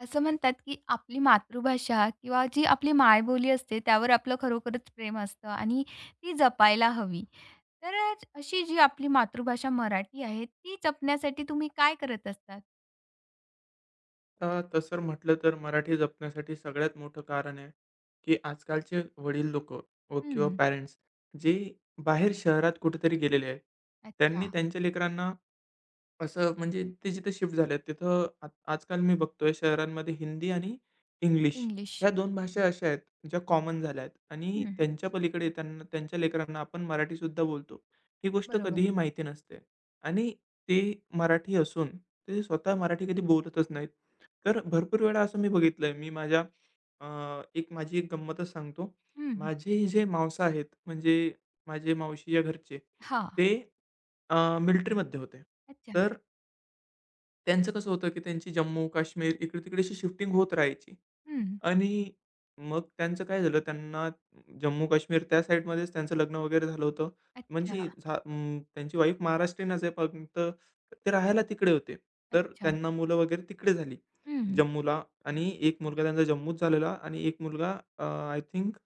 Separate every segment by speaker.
Speaker 1: असं म्हणतात, की आपली मातृभाषा किंवा जी आपली मायबोली असते, त्यावर आपलं खरोखरच प्रेम असतं आणि ती जपायला हवी. तर अ, अशी जी आपली मातृभाषा मराठी आहे, ती जपण्यासाठी तुम्ही काय करत असतात?
Speaker 2: आता तसं म्हटलं तर मराठी जपण्यासाठी सगळ्यात मोठं कारण आहे, की आजकालचे वडील लोकं किंवा
Speaker 1: हं,
Speaker 2: पॅरेंट्स जे बाहेर शहरात कुठेतरी गेलेले आहेत, त्यांनी
Speaker 1: अच्छा.
Speaker 2: त्यांच्या लेकरांना असं म्हणजे ते जिथे शिफ्ट झालेत तिथं आ आजकाल मी बघतोय शहरांमध्ये हिंदी आणि इंग्लिश
Speaker 1: इंग्लिश.
Speaker 2: ह्या दोन भाषा अशा आहेत ज्या कॉमन झाल्या आहेत आणि
Speaker 1: हं.
Speaker 2: त्यांच्या पलीकडे त्यांना त्यांच्या लेकरांना आपण मराठीसुद्धा बोलतो. ही गोष्ट
Speaker 1: बरोबर.
Speaker 2: कधीही माहिती नसते आणि ते मराठी असून ते स्वतः मराठी कधी बोलतच नाहीत. तर भरपूर वेळा असं मी बघितलंय अ, एक माझी एक गंमतच सांगतो.
Speaker 1: हं, हं.
Speaker 2: माझे जे मावसा आहेत म्हणजे माझे मावशीच्या घरचे ते अ, होते.
Speaker 1: अच्छा.
Speaker 2: तर त्यांचं कसं होतं, की त्यांची जम्मू, काश्मीर, इकडे-तिकडे अशी शिफ्टिंग होत राहायची.
Speaker 1: हं.
Speaker 2: आणि मग त्यांचं काय झालं, त्यांना जम्मू-काश्मीर त्या साईडमध्येच त्यांचं लग्न वगैरे झालं होतं.
Speaker 1: अच्छा,
Speaker 2: म्हणजे त्यांची वाईफ महाराष्ट्रीयनच आहे, फक्त ते राहायला तिकडे होते. तर
Speaker 1: अच्छा.
Speaker 2: त्यांना मुलं वगैरे तिकडे झाली,
Speaker 1: हं, हं.
Speaker 2: जम्मूला आणि एक मुलगा त्यांचा जम्मूत झालेला आणि एक मुलगा आय थिंक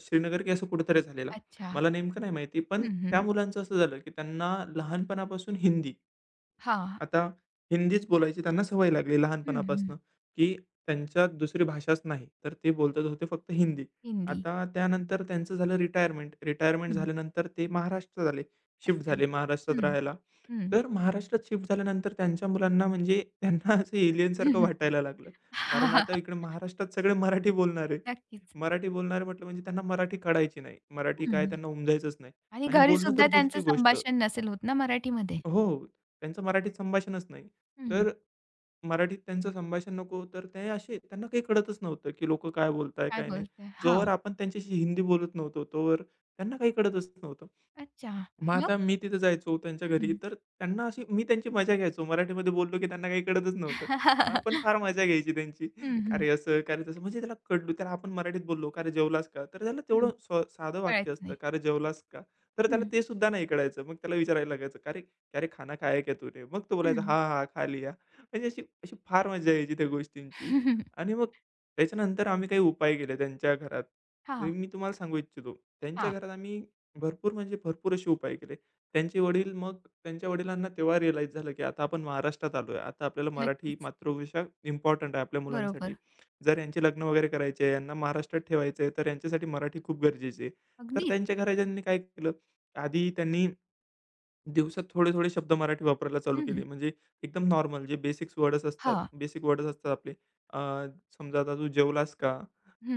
Speaker 2: श्रीनगर की असं कुठेतरी झालेला.
Speaker 1: अच्छा.
Speaker 2: मला नेमकं नाही माहिती. पण
Speaker 1: हं,
Speaker 2: त्या
Speaker 1: हं.
Speaker 2: मुलांचं असं झालं, की त्यांना लहानपणापासून हिंदी
Speaker 1: हां.
Speaker 2: आता हिंदीच बोलायची त्यांना सवय लागली
Speaker 1: हं, हं.
Speaker 2: लहानपणापासून, की त्यांच्यात दुसरी भाषाच नाही. तर ते बोलतच होते फक्त हिंदी.
Speaker 1: हिंदी.
Speaker 2: आता त्यानंतर त्यांचं झालं रिटायरमेंट. रिटायरमेंट
Speaker 1: हं.
Speaker 2: झाल्यानंतर ते महाराष्ट्रात आले, शिफ्ट
Speaker 1: अच्छा.
Speaker 2: झाले महाराष्ट्रात
Speaker 1: हं,
Speaker 2: राहायला.
Speaker 1: हं.
Speaker 2: तर महाराष्ट्रात शिफ्ट झाल्यानंतर त्यांच्या मुलांना म्हणजे त्यांना असं एलियनसारखं वाटायला लागलं. कारण आता इकडे महाराष्ट्रात सगळे मराठी बोलणारे.
Speaker 1: नक्कीच.
Speaker 2: मराठी बोलणारे म्हटलं म्हणजे त्यांना मराठी कळायची नाही. मराठी काय
Speaker 1: हं.
Speaker 2: त्यांना उमजायचंच नाही
Speaker 1: आणि
Speaker 2: आणि
Speaker 1: घरी
Speaker 2: बोलणं तर
Speaker 1: सुद्धा त्यांचं
Speaker 2: दूरची गोष्ट.
Speaker 1: संभाषण नसेल होत ना मराठीमध्ये?
Speaker 2: हो. हो. त्यांचं मराठीत संभाषणच नाही.
Speaker 1: हं.
Speaker 2: तर मराठीत त्यांचं संभाषण नको, तर ते असे त्यांना काही कळतच नव्हतं, की लोकं काय बोलताय,
Speaker 1: काय
Speaker 2: काय नाही.
Speaker 1: बोलताय?
Speaker 2: जोवर
Speaker 1: हां.
Speaker 2: आपण त्यांच्याशी हिंदी बोलत नव्हतो, तोवर त्यांना काही कळतच नव्हतं.
Speaker 1: अच्छा.
Speaker 2: मग
Speaker 1: मग?
Speaker 2: आता मी तिथे जायचो त्यांच्या घरी,
Speaker 1: हं.
Speaker 2: तर त्यांना अशी मी त्यांची मजा घ्यायचो. मराठीमध्ये बोललो की त्यांना काही कळतच नव्हतं. मग आपण फार मजा घ्यायची त्यांची.
Speaker 1: हं,
Speaker 2: "का
Speaker 1: हं,
Speaker 2: रे असं, का रे तसं." म्हणजे त्याला कळलं त्याला आपण मराठीत बोललो, "का रे जेवलास का?" तर त्याला तेवढं
Speaker 1: हं.
Speaker 2: साधं वाक्य
Speaker 1: कळायचं
Speaker 2: असतं,
Speaker 1: नाही.
Speaker 2: "का रे जेवलास का?" तर त्याला
Speaker 1: हं,
Speaker 2: ते सुद्धा नाही कळायचं. मग त्याला विचारायला लागायचं, "का रे, क्या रे खाना खाया क्या तूने?" मग तो बोलायचा,
Speaker 1: हं.
Speaker 2: "हां, हां, खा लिया." म्हणजे अशी अशी फार मजा यायची त्या गोष्टींची. आणि मग त्याच्यानंतर आम्ही काही उपाय केले त्यांच्या घरात. जे
Speaker 1: हां,
Speaker 2: मी तुम्हाला सांगू इच्छितो. त्यांच्या
Speaker 1: हां.
Speaker 2: घरात आम्ही भरपूर म्हणजे भरपूर असे उपाय केले. त्यांचे वडील मग त्यांच्या वडिलांना तेव्हा रिअलाईज झालं, की आता आपण महाराष्ट्रात आलोय. आता आपल्याला मराठी
Speaker 1: नक्कीच.
Speaker 2: मातृभाषा इम्पॉर्टंट आहे आपल्या मुलांसाठी.
Speaker 1: बरोबर.
Speaker 2: जर यांचे लग्न वगैरे करायचे आहे, यांना महाराष्ट्रात ठेवायचं आहे, तर यांच्यासाठी मराठी खूप गरजेची आहे. तर
Speaker 1: अगदीच.
Speaker 2: त्यांच्या घरच्यांनी काय केलं, आधी त्यांनी दिवसात थोडे-थोडे शब्द मराठी वापरायला चालू
Speaker 1: हं.
Speaker 2: केले. म्हणजे एकदम नॉर्मल जे बेसिक्स वर्डच असतात,
Speaker 1: हां.
Speaker 2: बेसिक वर्डच असतात आपले. अ, समजा आता तू जेवलास का?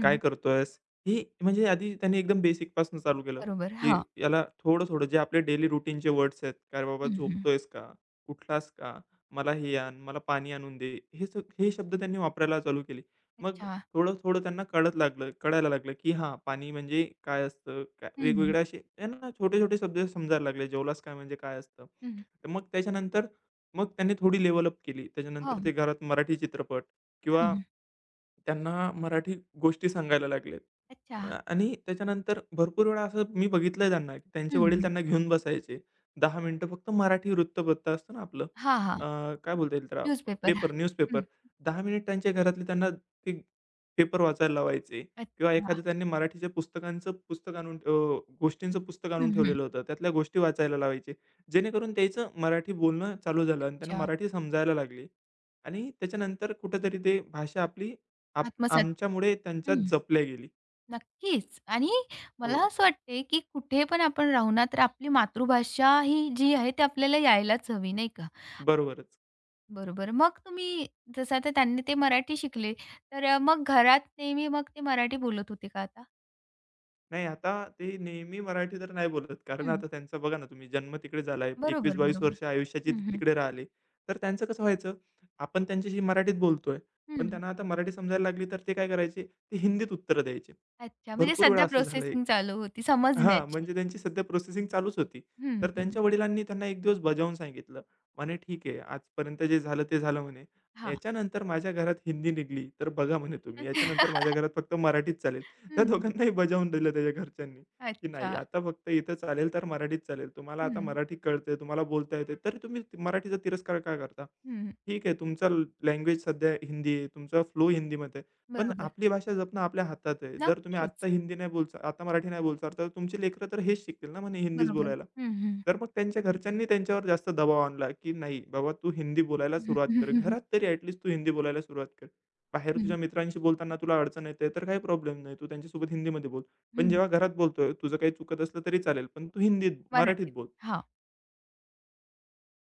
Speaker 2: काय करतोयस? हे म्हणजे आधी त्यांनी एकदम बेसिकपासून चालू केलं,
Speaker 1: बरोबर.
Speaker 2: की
Speaker 1: हां.
Speaker 2: याला थोडं-थोडं जे आपले डेली रूटीनचे वर्ड्स आहेत. "काय बाबा
Speaker 1: हं, हं.
Speaker 2: झोपतोयस का? उठलास का? मला हे आण, मला पाणी आणून दे." हे शब्द त्यांनी वापरायला चालू केले. मग
Speaker 1: अच्छा.
Speaker 2: थोडं-थोडं त्यांना कळत लागलं कळायला लागलं, की हां, पाणी म्हणजे काय असतं? काय
Speaker 1: हं,
Speaker 2: वेगवेगळे असे त्यांना छोटे-छोटे शब्द समजायला लागले. जेवलास काय म्हणजे काय असतं?
Speaker 1: हं.
Speaker 2: तर मग त्याच्यानंतर मग त्यांनी थोडी लेव्हल अप केली. त्याच्यानंतर
Speaker 1: हो.
Speaker 2: ते घरात मराठी चित्रपट किंवा
Speaker 1: हं.
Speaker 2: त्यांना मराठी गोष्टी सांगायला लागलेत.
Speaker 1: अच्छा.
Speaker 2: आणि त्याच्यानंतर भरपूर वेळा असं मी बघितलंय त्यांना, की त्यांचे वडील
Speaker 1: हं.
Speaker 2: त्यांना घेऊन बसायचे. 10 मिनिटं फक्त मराठी वृत्तपत्र असतं ना आपलं,
Speaker 1: हां, हां.
Speaker 2: अ, काय बोलता येईल त्याला?
Speaker 1: न्यूजपेपर.
Speaker 2: Paper, newspaper.
Speaker 1: हं.
Speaker 2: 10 मिनिट त्यांच्या घरातले त्यांना ते पेपर वाचायला लावायचे किंवा
Speaker 1: अच्छा.
Speaker 2: एखादं त्यांनी मराठीच्या पुस्तकांचं पुस्तक आणून, गोष्टींचं पुस्तक आणून
Speaker 1: हं, हं.
Speaker 2: ठेवलेलं होतं. त्यातल्या गोष्टी वाचायला लावायचे. जेणेकरून त्याचं मराठी बोलणं चालू झालं आणि त्यांना
Speaker 1: अच्छा.
Speaker 2: मराठी समजायला लागली आणि त्याच्यानंतर कुठेतरी ते भाषा आपली
Speaker 1: आत्मसात करू.
Speaker 2: आमच्यामुळे त्यांच्यात
Speaker 1: हं.
Speaker 2: जपल्या गेली.
Speaker 1: नक्कीच. आणि
Speaker 2: हो,
Speaker 1: मला असं वाटते, की कुठे पण आपण राहू ना, तर आपली मातृभाषा ही जी आहे ती आपल्याला यायलाच हवी, नाही का?
Speaker 2: बरोबरच.
Speaker 1: बरोबर. मग तुम्ही जसं आता त्यांनी ते मराठी शिकले, मग घरात नेहमी मग ते मराठी बोलत होते का आता?
Speaker 2: नाही आता ते नेहमी मराठी तर नाही बोलत. कारण
Speaker 1: हं.
Speaker 2: आता त्यांचा बघा ना तुम्ही जन्म तिकडे झालाय.
Speaker 1: बरोबर,
Speaker 2: 21-22
Speaker 1: बरोबर.
Speaker 2: वर्ष आयुष्याची
Speaker 1: हं,
Speaker 2: ते
Speaker 1: हं.
Speaker 2: तिकडे राहिले. तर त्यांचं कसं व्हायचं, आपण त्यांच्याशी मराठीत बोलतोय, पण
Speaker 1: हं.
Speaker 2: त्यांना आता मराठी समजायला लागली तर ते काय करायचे, ते हिंदीत उत्तरं द्यायचे.
Speaker 1: अच्छा, म्हणजे
Speaker 2: भरपूर वेळा
Speaker 1: सध्या
Speaker 2: असं झालंय
Speaker 1: प्रोसेसिंग
Speaker 2: की
Speaker 1: चालू होती
Speaker 2: हां,
Speaker 1: समजण्याची.
Speaker 2: म्हणजे त्यांची सध्या प्रोसेसिंग चालूच होती.
Speaker 1: हं,
Speaker 2: तर
Speaker 1: हं.
Speaker 2: त्यांच्या वडिलांनी त्यांना एक दिवस बजावून सांगितलं. म्हणे, "ठीक आहे, आजपर्यंत जे झालं ते झालं" म्हणे.
Speaker 1: हां.
Speaker 2: "याच्यानंतर माझ्या घरात हिंदी निघाली, तर बघा" म्हणे "तुम्ही. याच्यानंतर माझ्या घरात फक्त मराठीच चालेल." त्या
Speaker 1: हं.
Speaker 2: दोघांनाही बजावून दिलं त्याच्या घरच्यांनी, की "नाही,
Speaker 1: अच्छा.
Speaker 2: आता फक्त इथं चालेल तर मराठीच चालेल. तुम्हाला आता
Speaker 1: हं,
Speaker 2: मराठी कळते, तुम्हाला बोलता येते, तरी तुम्ही मराठीचा तिरस्कार का करता?
Speaker 1: हं.
Speaker 2: ठीक आहे, तुमचा लँग्वेज सध्या हिंदी आहे, तुमचा फ्लो हिंदीमध्ये आहे. पण
Speaker 1: बरोबर.
Speaker 2: आपली भाषा जपणं आपल्या हातात आहे. जर तुम्ही आत्ता
Speaker 1: नक्कीच.
Speaker 2: हिंदी नाही बोलचा आता मराठी नाही बोलचाल, तर तुमची लेकरं तर हेच शिकतील ना म्हणे हिंदीच
Speaker 1: बरोबर.
Speaker 2: बोलायला.
Speaker 1: हं, हं.
Speaker 2: तर मग त्यांच्या घरच्यांनी त्यांच्यावर जास्त दबाव आणला, की "नाही बाबा तू हिंदी बोलायला सुरुवात कर. घरात तरी ॲटलीस्ट तू हिंदी बोलायला सुरुवात कर. बाहेर तुझ्या
Speaker 1: हं,
Speaker 2: मित्रांशी बोलताना तुला अडचण येते तर काही प्रॉब्लेम नाही. तू त्यांच्यासोबत हिंदीमध्ये बोल. पण
Speaker 1: हं.
Speaker 2: जेव्हा घरात बोलतोय तुझं काही चुकत असलं तरी चालेल, पण तू हिंदीत मराठीत
Speaker 1: मराठीत.
Speaker 2: बोल."
Speaker 1: हां.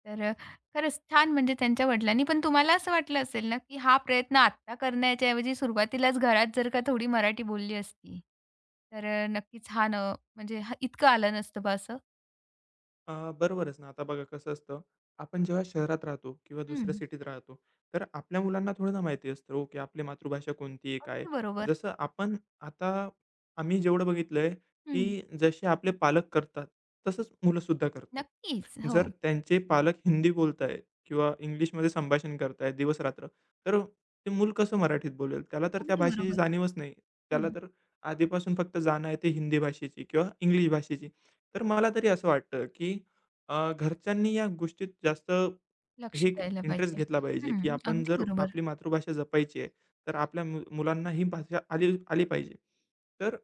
Speaker 1: तर अ, खरंच छान म्हणजे त्यांच्या वडिलांनी पण तुम्हाला असं वाटलं असेल ना, की हा प्रयत्न आत्ता करण्याच्या ऐवजी सुरुवातीलाच घरात जर का थोडी मराठी बोलली असती, नक्कीच हा न म्हणजे हा इतकं आलं नसतं बा असं.
Speaker 2: बरोबरच ना. आता बघा कसं असतं, आपण जेव्हा शहरात राहतो किंवा
Speaker 1: हं.
Speaker 2: दुसऱ्या सिटीत राहतो, तर आपल्या मुलांना थोडं ना माहिती असतं हो, की आपली मातृभाषा कोणती आहे, काय आहे?
Speaker 1: अगदी बरोबर.
Speaker 2: जसं आपण आता आम्ही जेवढं बघितलंय, की
Speaker 1: हं.
Speaker 2: जसे आपले पालक करतात, तसंच मुलंसुद्धा करतात.
Speaker 1: नक्कीच. हो,
Speaker 2: जर त्यांचे पालक हिंदी बोलतायत किंवा इंग्लिशमध्ये संभाषण करतायत दिवस-रात्र, तर ते मूल कसं मराठीत बोलेल? त्याला तर त्या
Speaker 1: अगदी
Speaker 2: भाषेची
Speaker 1: बरोबर.
Speaker 2: जाणीवच नाही. त्याला
Speaker 1: हं.
Speaker 2: तर आधीपासून फक्त जाण आहे ते हिंदी भाषेची किंवा इंग्लिश भाषेची. तर मला तरी असं वाटतं, की घरच्यांनी या गोष्टीत जास्त
Speaker 1: लक्ष
Speaker 2: हे
Speaker 1: द्यायला
Speaker 2: इंटरेस्ट
Speaker 1: पाहिजे.
Speaker 2: घेतला पाहिजे,
Speaker 1: हं,
Speaker 2: की आपण
Speaker 1: अगदी
Speaker 2: जर
Speaker 1: बरोबर.
Speaker 2: आपली मातृभाषा जपायची आहे, तर आपल्या मुलांना ही भाषा आली आली पाहिजे. तर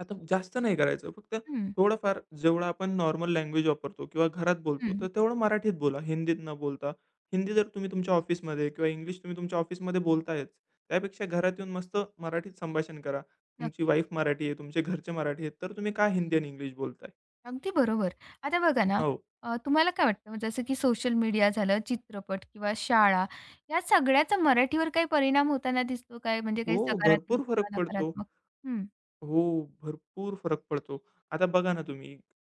Speaker 2: आता जास्त नाही करायचं, फक्त
Speaker 1: हं,
Speaker 2: थोडंफार जेवढं आपण नॉर्मल लँग्वेज वापरतो किंवा घरात बोलतो,
Speaker 1: हं.
Speaker 2: तर तेवढं मराठीत बोला, हिंदीत न बोलता. हिंदी जर तुम्ही तुमच्या ऑफिसमध्ये किंवा इंग्लिश तुम्ही तुमच्या ऑफिसमध्ये बोलतायच, त्यापेक्षा घरात येऊन मस्त मराठीत संभाषण करा. तुमची
Speaker 1: नक्की.
Speaker 2: वाईफ मराठी आहे, तुमचे घरचे मराठी आहेत, तर तुम्ही का हिंदी आणि इंग्लिश बोलताय?
Speaker 1: अगदी बरोबर. आता बघा ना,
Speaker 2: हो.
Speaker 1: तुम्हाला काय वाटतं जसं की सोशल मीडिया झालं, चित्रपट किंवा शाळा या सगळ्याचा मराठीवर काही परिणाम होताना दिसतो काय? म्हणजे
Speaker 2: हो,
Speaker 1: काही सकारात्मक
Speaker 2: भरपूर फरक
Speaker 1: किंवा
Speaker 2: पडतो.
Speaker 1: नकारात्मक? हं,
Speaker 2: हो, भरपूर फरक पडतो. आता बघा ना तुम्ही,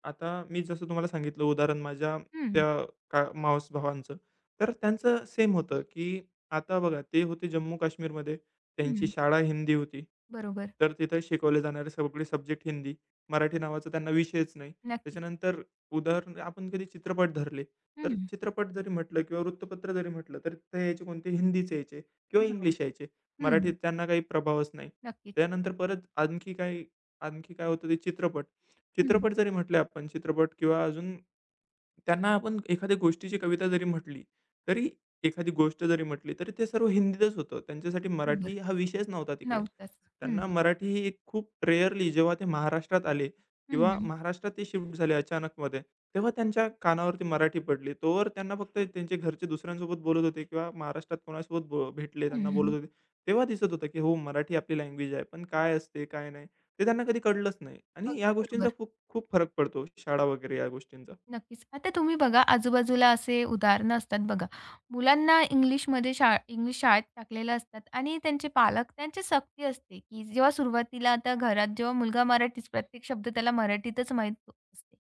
Speaker 2: आता मी जसं तुम्हाला सांगितलं उदाहरण माझ्या
Speaker 1: हं,
Speaker 2: त्या का मावस-भावांचं, तर त्यांचं सेम होतं, की आता बघा ते होते जम्मू-काश्मीरमध्ये. त्यांची
Speaker 1: हं.
Speaker 2: शाळा हिंदी होती.
Speaker 1: बरोबर.
Speaker 2: तर तिथं शिकवले जाणारे सगळे सब्जेक्ट हिंदी. मराठी नावाचा त्यांना विषयच नाही.
Speaker 1: नक्कीच.
Speaker 2: त्याच्यानंतर उदाहरण आपण कधी चित्रपट धरले, तर
Speaker 1: हं,
Speaker 2: चित्रपट जरी म्हटलं किंवा वृत्तपत्र जरी म्हटलं, तर ते यायचे कोणते हिंदीचे यायचे किंवा इंग्लिश
Speaker 1: बरोबर.
Speaker 2: यायचे. मराठीत
Speaker 1: हं,
Speaker 2: त्यांना काही प्रभावच नाही.
Speaker 1: नक्कीच.
Speaker 2: त्यानंतर परत आणखी काय होतं ते चित्रपट.
Speaker 1: हं,
Speaker 2: चित्रपट जरी म्हटले आपण चित्रपट किंवा अजून त्यांना आपण एखाद्या गोष्टीची कविता जरी म्हटली, तरी एखादी गोष्ट जरी म्हटली, तरी ते सर्व हिंदीतच होतं. त्यांच्यासाठी
Speaker 1: बरोबर.
Speaker 2: मराठी हा विषयच नव्हता तिकडे.
Speaker 1: नव्हताच. हं,
Speaker 2: त्यांना मराठी ही एक खूप रेअरली जेव्हा ते महाराष्ट्रात आले किंवा
Speaker 1: हं,
Speaker 2: महाराष्ट्रात ते शिफ्ट झाले अचानकमध्ये, तेव्हा त्यांच्या कानावरती मराठी पडली. तोवर त्यांना फक्त त्यांचे घरचे दुसऱ्यांसोबत बोलत होते किंवा महाराष्ट्रात कोणासोबत भेटले
Speaker 1: हं,
Speaker 2: त्यांना बोलत
Speaker 1: हं.
Speaker 2: होते. तेव्हा दिसत होतं, की हो मराठी आपली लँग्वेज आहे. पण काय असते, काय नाही, ते त्यांना कधी कळलंच नाही आणि या
Speaker 1: अगदी
Speaker 2: गोष्टींचा
Speaker 1: बरोबर.
Speaker 2: खूप खूप फरक पडतो शाळा वगैरे या गोष्टींचा.
Speaker 1: नक्कीच. आता तुम्ही बघा आजूबाजूला असे उदाहरणं असतात बघा. मुलांना इंग्लिशमध्ये शाळा इंग्लिश शाळेत टाकलेलं असतात आणि त्यांचे पालक त्यांची सक्ती असते, की जेव्हा सुरुवातीला आता घरात जेव्हा मुलगा मराठीच प्रत्येक शब्द त्याला मराठीतच माहीत असते.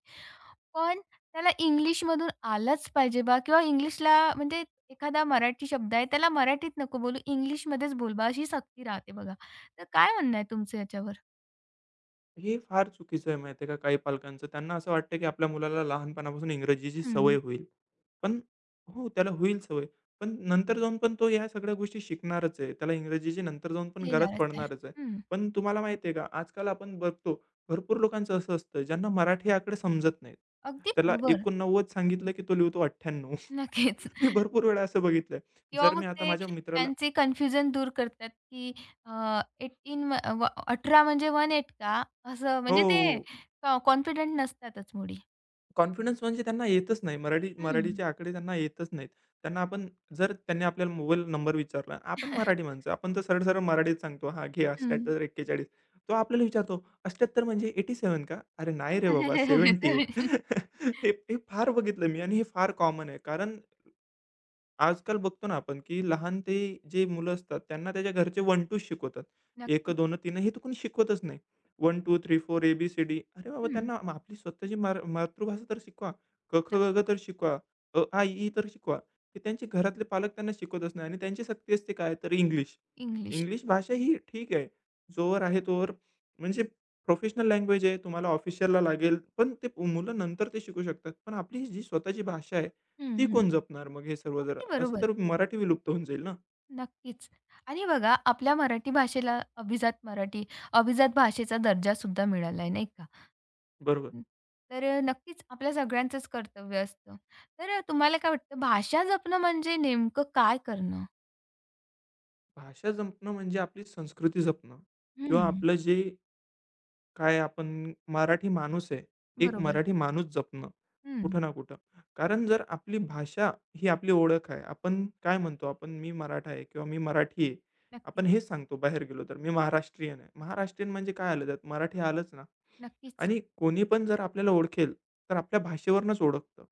Speaker 1: पण त्याला इंग्लिशमधून आलाच पाहिजे बा किंवा इंग्लिशला म्हणजे एखादा मराठी शब्द आहे त्याला मराठीत नको बोलू, इंग्लिशमध्येच बोल अशी सक्ती राहते बघा. तर काय म्हणणं आहे तुमचं याच्यावर?
Speaker 2: हे फार चुकीचं आहे माहिती आहे का काही पालकांचं. त्यांना असं वाटतं, की आपल्या मुलाला लहानपणापासून इंग्रजीची सवय
Speaker 1: हं.
Speaker 2: होईल. पण हो, त्याला होईल सवय. पण नंतर जाऊन पण तो ह्या सगळ्या गोष्टी शिकणारच आहे. त्याला इंग्रजीची नंतर जाऊन पण गरज
Speaker 1: येणारच आहे.
Speaker 2: पडणारच आहे.
Speaker 1: हं.
Speaker 2: पण तुम्हाला माहिती आहे का, आजकाल आपण बघतो भरपूर लोकांचं असं असतं ज्यांना मराठी आकडे समजत नाहीत.
Speaker 1: अगदी
Speaker 2: त्याला
Speaker 1: बरोबर.
Speaker 2: 89 सांगितलं, की तो लिहितो 98.
Speaker 1: नक्कीच.
Speaker 2: मी भरपूर वेळा असं बघितलंय.
Speaker 1: किंवा
Speaker 2: जर
Speaker 1: मग
Speaker 2: मी आता
Speaker 1: ते
Speaker 2: माझ्या मित्राला
Speaker 1: त्यांचे कन्फ्युजन दूर करतात, की अ, 18 म्हणजे 18 का? असं
Speaker 2: हो,
Speaker 1: म्हणजे
Speaker 2: हो.
Speaker 1: ते
Speaker 2: हो.
Speaker 1: अ, कॉन्फिडंट नसतातच मुली.
Speaker 2: कॉन्फिडन्स म्हणजे त्यांना येतच नाही.
Speaker 1: हं.
Speaker 2: मराठीचे आकडे त्यांना येतच नाहीत. त्यांना आपण जर त्यांनी आपल्याला मोबाईल नंबर विचारला, आपण मराठी माणसं, आपण तर सरळ-सरळ मराठीत सांगतो, "हां, घे
Speaker 1: हं.
Speaker 2: 78-41." तो आपल्याला विचारतो, "78 म्हणजे 87 का?" "अरे नाही रे बाबा, 78." हे हे फार बघितलं मी आणि हे फार कॉमन आहे. कारण आजकाल बघतो ना आपण, की लहान ते जे मुलं असतात, त्यांना त्याच्या घरचे 1-2च शिकवतात. एक
Speaker 1: नक्कीच.
Speaker 2: दोन तीन हे तर कोणी शिकवतच नाही. 1, 2, 3, 4 ए-बी-सी-डी. अरे बाबा,
Speaker 1: हं.
Speaker 2: त्यांना आपली स्वतःची मातृभाषा तर शिकवा. क, ख, ग,
Speaker 1: नक्कीच.
Speaker 2: घ तर शिकवा. अ, आ, इ, ई तर शिकवा. ते त्यांचे घरातले पालक त्यांना शिकवतच नाही आणि त्यांची सक्ती असते काय तर इंग्लिश.
Speaker 1: इंग्लिश.
Speaker 2: इंग्लिश भाषा ही ठीक आहे. जोवर आहे तोवर म्हणजे प्रोफेशनल लँग्वेज आहे, तुम्हाला ऑफिशियलला लागेल, पण ते मुलं नंतर ते शिकू शकतात. पण आपली जी स्वतःची भाषा आहे,
Speaker 1: हं,
Speaker 2: ती
Speaker 1: हं.
Speaker 2: कोण जपणार मग हे सर्व जरा?
Speaker 1: अगदी
Speaker 2: असं तर
Speaker 1: बरोबर.
Speaker 2: मराठी विलुप्त होऊन जाईल ना.
Speaker 1: नक्कीच. आणि बघा आपल्या मराठी भाषेला अभिजात मराठी, अभिजात भाषेचा दर्जासुद्धा मिळाला आहे, नाही का?
Speaker 2: बरोबर.
Speaker 1: हं. नक्कीच आपल्या सगळ्यांचंच कर्तव्य असतं. तुम्हाला काय वाटतं भाषा जपणं म्हणजे नेमकं काय करणं?
Speaker 2: भाषा जपणं म्हणजे आपली संस्कृती जपणं किंवा
Speaker 1: हं.
Speaker 2: आपलं जे काय आपण मराठी माणूस आहे, एक
Speaker 1: बरोबर.
Speaker 2: मराठी माणूस जपणं
Speaker 1: हं.
Speaker 2: कुठं ना कुठं. कारण जर आपली भाषा ही आपली ओळख आहे. आपण काय म्हणतो आपण मी मराठा आहे किंवा मी मराठी आहे. आपण
Speaker 1: नक्कीच,
Speaker 2: हेच सांगतो बाहेर गेलो तर, मी महाराष्ट्रीयन आहे. महाराष्ट्रीयन म्हणजे काय आलं त्यात? मराठी आलंच ना.
Speaker 1: नक्कीच.
Speaker 2: आणि कोणी पण जर आपल्याला ओळखेल, तर आपल्या भाषेवरूनच ओळखतं.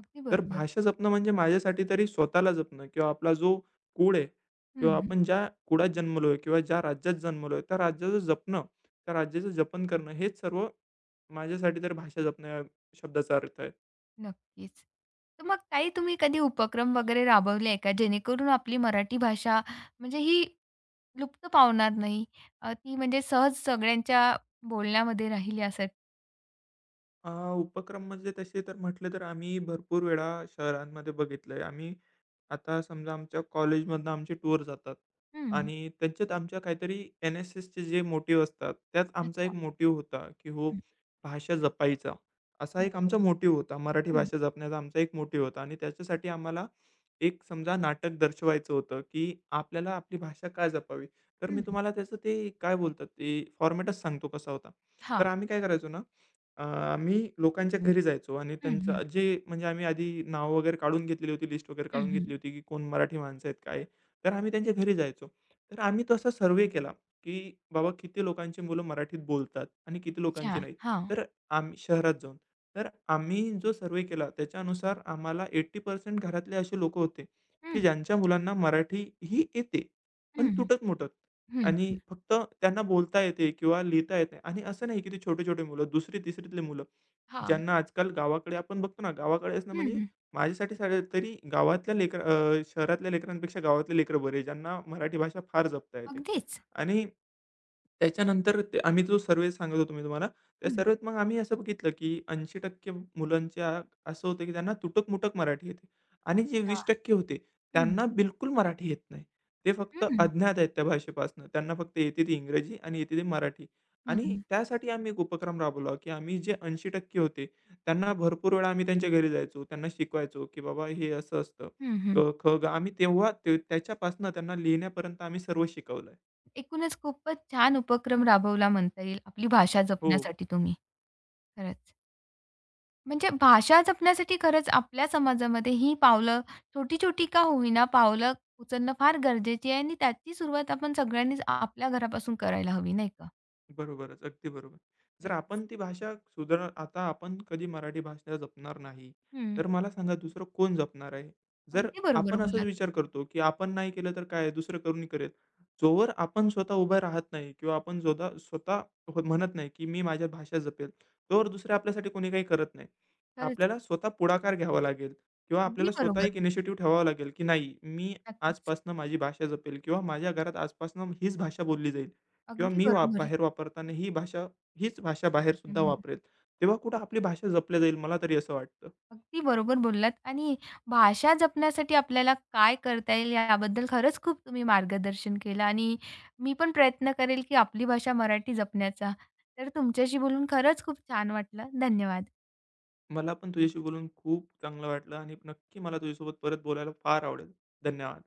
Speaker 1: अगदी
Speaker 2: तर
Speaker 1: बरोबर.
Speaker 2: भाषा जपणं म्हणजे माझ्यासाठी तरी स्वतःला जपणं किंवा आपला जो कूळ आहे
Speaker 1: हं,
Speaker 2: किंवा
Speaker 1: हं.
Speaker 2: आपण ज्या कुळात जन्मलोय किंवा ज्या राज्यात जन्मलोय, त्या राज्याचं जपणं, त्या राज्याचं जतन करणं हेच सर्व माझ्यासाठी तर भाषा जपणं या शब्दाचा अर्थ आहे.
Speaker 1: नक्कीच. तर मग काही तुम्ही कधी उपक्रम वगैरे राबवले आहे का? जेणेकरून आपली मराठी भाषा म्हणजे ही लुप्त पावणार नाही. ती म्हणजे सहज सगळ्यांच्या बोलण्यामध्ये राहील यासाठी?
Speaker 2: अ, उपक्रम म्हणजे तसे तर म्हटले तर आम्ही भरपूर वेळा शहरांमध्ये बघितलंय. आम्ही आता समजा आमच्या कॉलेजमधनं आमचे टूर जातात
Speaker 1: हं.
Speaker 2: आणि त्यांच्यात आमच्या काहीतरी एन-एस-एसचे जे मोटिव्ह असतात, त्यात आमचा
Speaker 1: अच्छा.
Speaker 2: एक मोटिव्ह होता, की हो
Speaker 1: हं.
Speaker 2: भाषा जपायचा. असा एक
Speaker 1: बरोबर.
Speaker 2: आमचा मोटिव्ह होता. मराठी
Speaker 1: हं,
Speaker 2: भाषा जपण्याचा आमचा एक मोटिव्ह होता आणि त्याच्यासाठी आम्हाला एक समजा नाटक दर्शवायचं होतं, की आपल्याला आपली भाषा का जपावी? तर मी
Speaker 1: हं.
Speaker 2: तुम्हाला त्याचं ते काय बोलतात ते फॉर्मॅटच सांगतो कसा होता. तर
Speaker 1: हां.
Speaker 2: आम्ही काय करायचो ना आम्ही लोकांच्या घरी जायचो आणि
Speaker 1: हं, हं.
Speaker 2: त्यांचं जे म्हणजे आम्ही आधी नावं वगैरे काढून घेतलेली होती, लिस्ट वगैरे
Speaker 1: हं,
Speaker 2: काढून
Speaker 1: हं.
Speaker 2: घेतली होती, की कोण मराठी माणसं आहेत, काय आहे. तर आम्ही त्यांच्या घरी जायचो. तर आम्ही तसा सर्व्हे केला, की बाबा किती लोकांची मुलं मराठीत बोलतात आणि किती लोकांची
Speaker 1: अच्छा.
Speaker 2: नाही.
Speaker 1: हां.
Speaker 2: तर आम्ही शहरात जाऊन. तर आम्ही जो सर्व्हे केला त्याच्यानुसार आम्हाला 80% घरातले असे लोकं होते, की
Speaker 1: हं,
Speaker 2: ज्यांच्या मुलांना मराठी ही येते, पण
Speaker 1: हं.
Speaker 2: तुटक-मुटक.
Speaker 1: हं.
Speaker 2: आणि फक्त त्यांना बोलता येते किंवा लिहिता येते आणि असं नाही की ते छोटे-छोटे मुलं 2री-तिसरीतले मुलं,
Speaker 1: हां.
Speaker 2: ज्यांना आजकाल गावाकडे आपण बघतो ना, गावाकडे असणं
Speaker 1: हं,
Speaker 2: म्हणजे
Speaker 1: हं.
Speaker 2: माझ्यासाठी साडे तरी शहरातल्या लेकरांपेक्षा गावातले लेकरं बरे, ज्यांना मराठी भाषा फार जपता येते
Speaker 1: अगदीच.
Speaker 2: आणि त्याच्यानंतर ते आम्ही जो सर्व्हे सांगत होतो मी तुम्हाला, त्या
Speaker 1: हं.
Speaker 2: सर्व्हेत मग आम्ही असं बघितलं, की 80% मुलांच्या असं होतं, की त्यांना तुटक-मुटक मराठी येते आणि जे
Speaker 1: अच्छा.
Speaker 2: 20% होते,
Speaker 1: हं.
Speaker 2: त्यांना बिलकुल मराठी येत नाही. ते फक्त
Speaker 1: हं.
Speaker 2: अज्ञात आहेत त्या भाषेपासून. त्यांना फक्त येते ती इंग्रजी आणि येते ती मराठी आणि
Speaker 1: हं.
Speaker 2: त्यासाठी आम्ही एक उपक्रम राबवला, की आम्ही जे 80% होते, त्यांना भरपूर वेळा आम्ही त्यांच्या घरी जायचो, त्यांना शिकवायचो, की बाबा हे असं असतं,
Speaker 1: हं, हं.
Speaker 2: क, ख, ग. आम्ही तेव्हा ते त्याच्यापासून त्यांना लिहिण्यापर्यंत आम्ही सर्व शिकवलंय.
Speaker 1: एकूणच खूपच छान उपक्रम राबवला म्हणता येईल आपली भाषा
Speaker 2: हो.
Speaker 1: जपण्यासाठी तुम्ही. खरंच. म्हणजे भाषा जपण्यासाठी खरंच आपल्या समाजामध्ये ही पावलं छोटी-छोटी का होईना पावलं उचलणं फार गरजेची आहे आणि त्याची सुरुवात आपण सगळ्यांनीच आपल्या घरापासून करायला हवी, नाही का?
Speaker 2: बरोबरच. अगदी बरोबर. जर आपण
Speaker 1: नक्कीच.
Speaker 2: ती भाषा सुधार आता आपण कधी मराठी भाषा जपणार नाही,
Speaker 1: हं.
Speaker 2: तर मला सांगा दुसरं कोण जपणार आहे? जर
Speaker 1: अगदी बरोबर
Speaker 2: आपण असाच
Speaker 1: बोललात.
Speaker 2: विचार करतो, की आपण नाही केलं तर काय आहे, दुसरं कोणी करेल. जोवर आपण स्वतः उभा राहत नाही किंवा आपण स्वतः म्हणत नाही, की मी माझ्या भाषा जपेल, तोवर दुसरे आपल्यासाठी कोणी काही करत नाही.
Speaker 1: खरंच
Speaker 2: आपल्याला
Speaker 1: खूप
Speaker 2: स्वतः पुढाकार घ्यावा लागेल किंवा आपल्याला
Speaker 1: अगदी
Speaker 2: स्वतः
Speaker 1: बरोबर.
Speaker 2: एक इनिशिएटिव्ह ठेवावा लागेल, की नाही, मी
Speaker 1: नक्कीच.
Speaker 2: आजपासनं माझी भाषा जपेल किंवा माझ्या घरात आजपासनं हीच भाषा बोलली जाईल. किंवा
Speaker 1: अगदी
Speaker 2: मी
Speaker 1: बरोबर.
Speaker 2: बाहेर वापरताना ही भाषा हीच भाषा बाहेर सुद्धा
Speaker 1: हं.
Speaker 2: वापरेल. तेव्हा कुठं आपली भाषा जपल्या जाईल मला तरी असं वाटतं.
Speaker 1: अगदी बरोबर बोललात आणि भाषा जपण्यासाठी आपल्याला काय करता येईल याबद्दल खरंच खूप तुम्ही मार्गदर्शन केलं आणि मी पण प्रयत्न करेल की आपली भाषा मराठी जपण्याचा. तर तुमच्याशी बोलून खरंच खूप छान वाटलं. धन्यवाद.
Speaker 2: मला पण तुझ्याशी बोलून खूप चांगलं वाटलं आणि नक्की मला तुझ्यासोबत परत बोलायला फार आवडेल. धन्यवाद.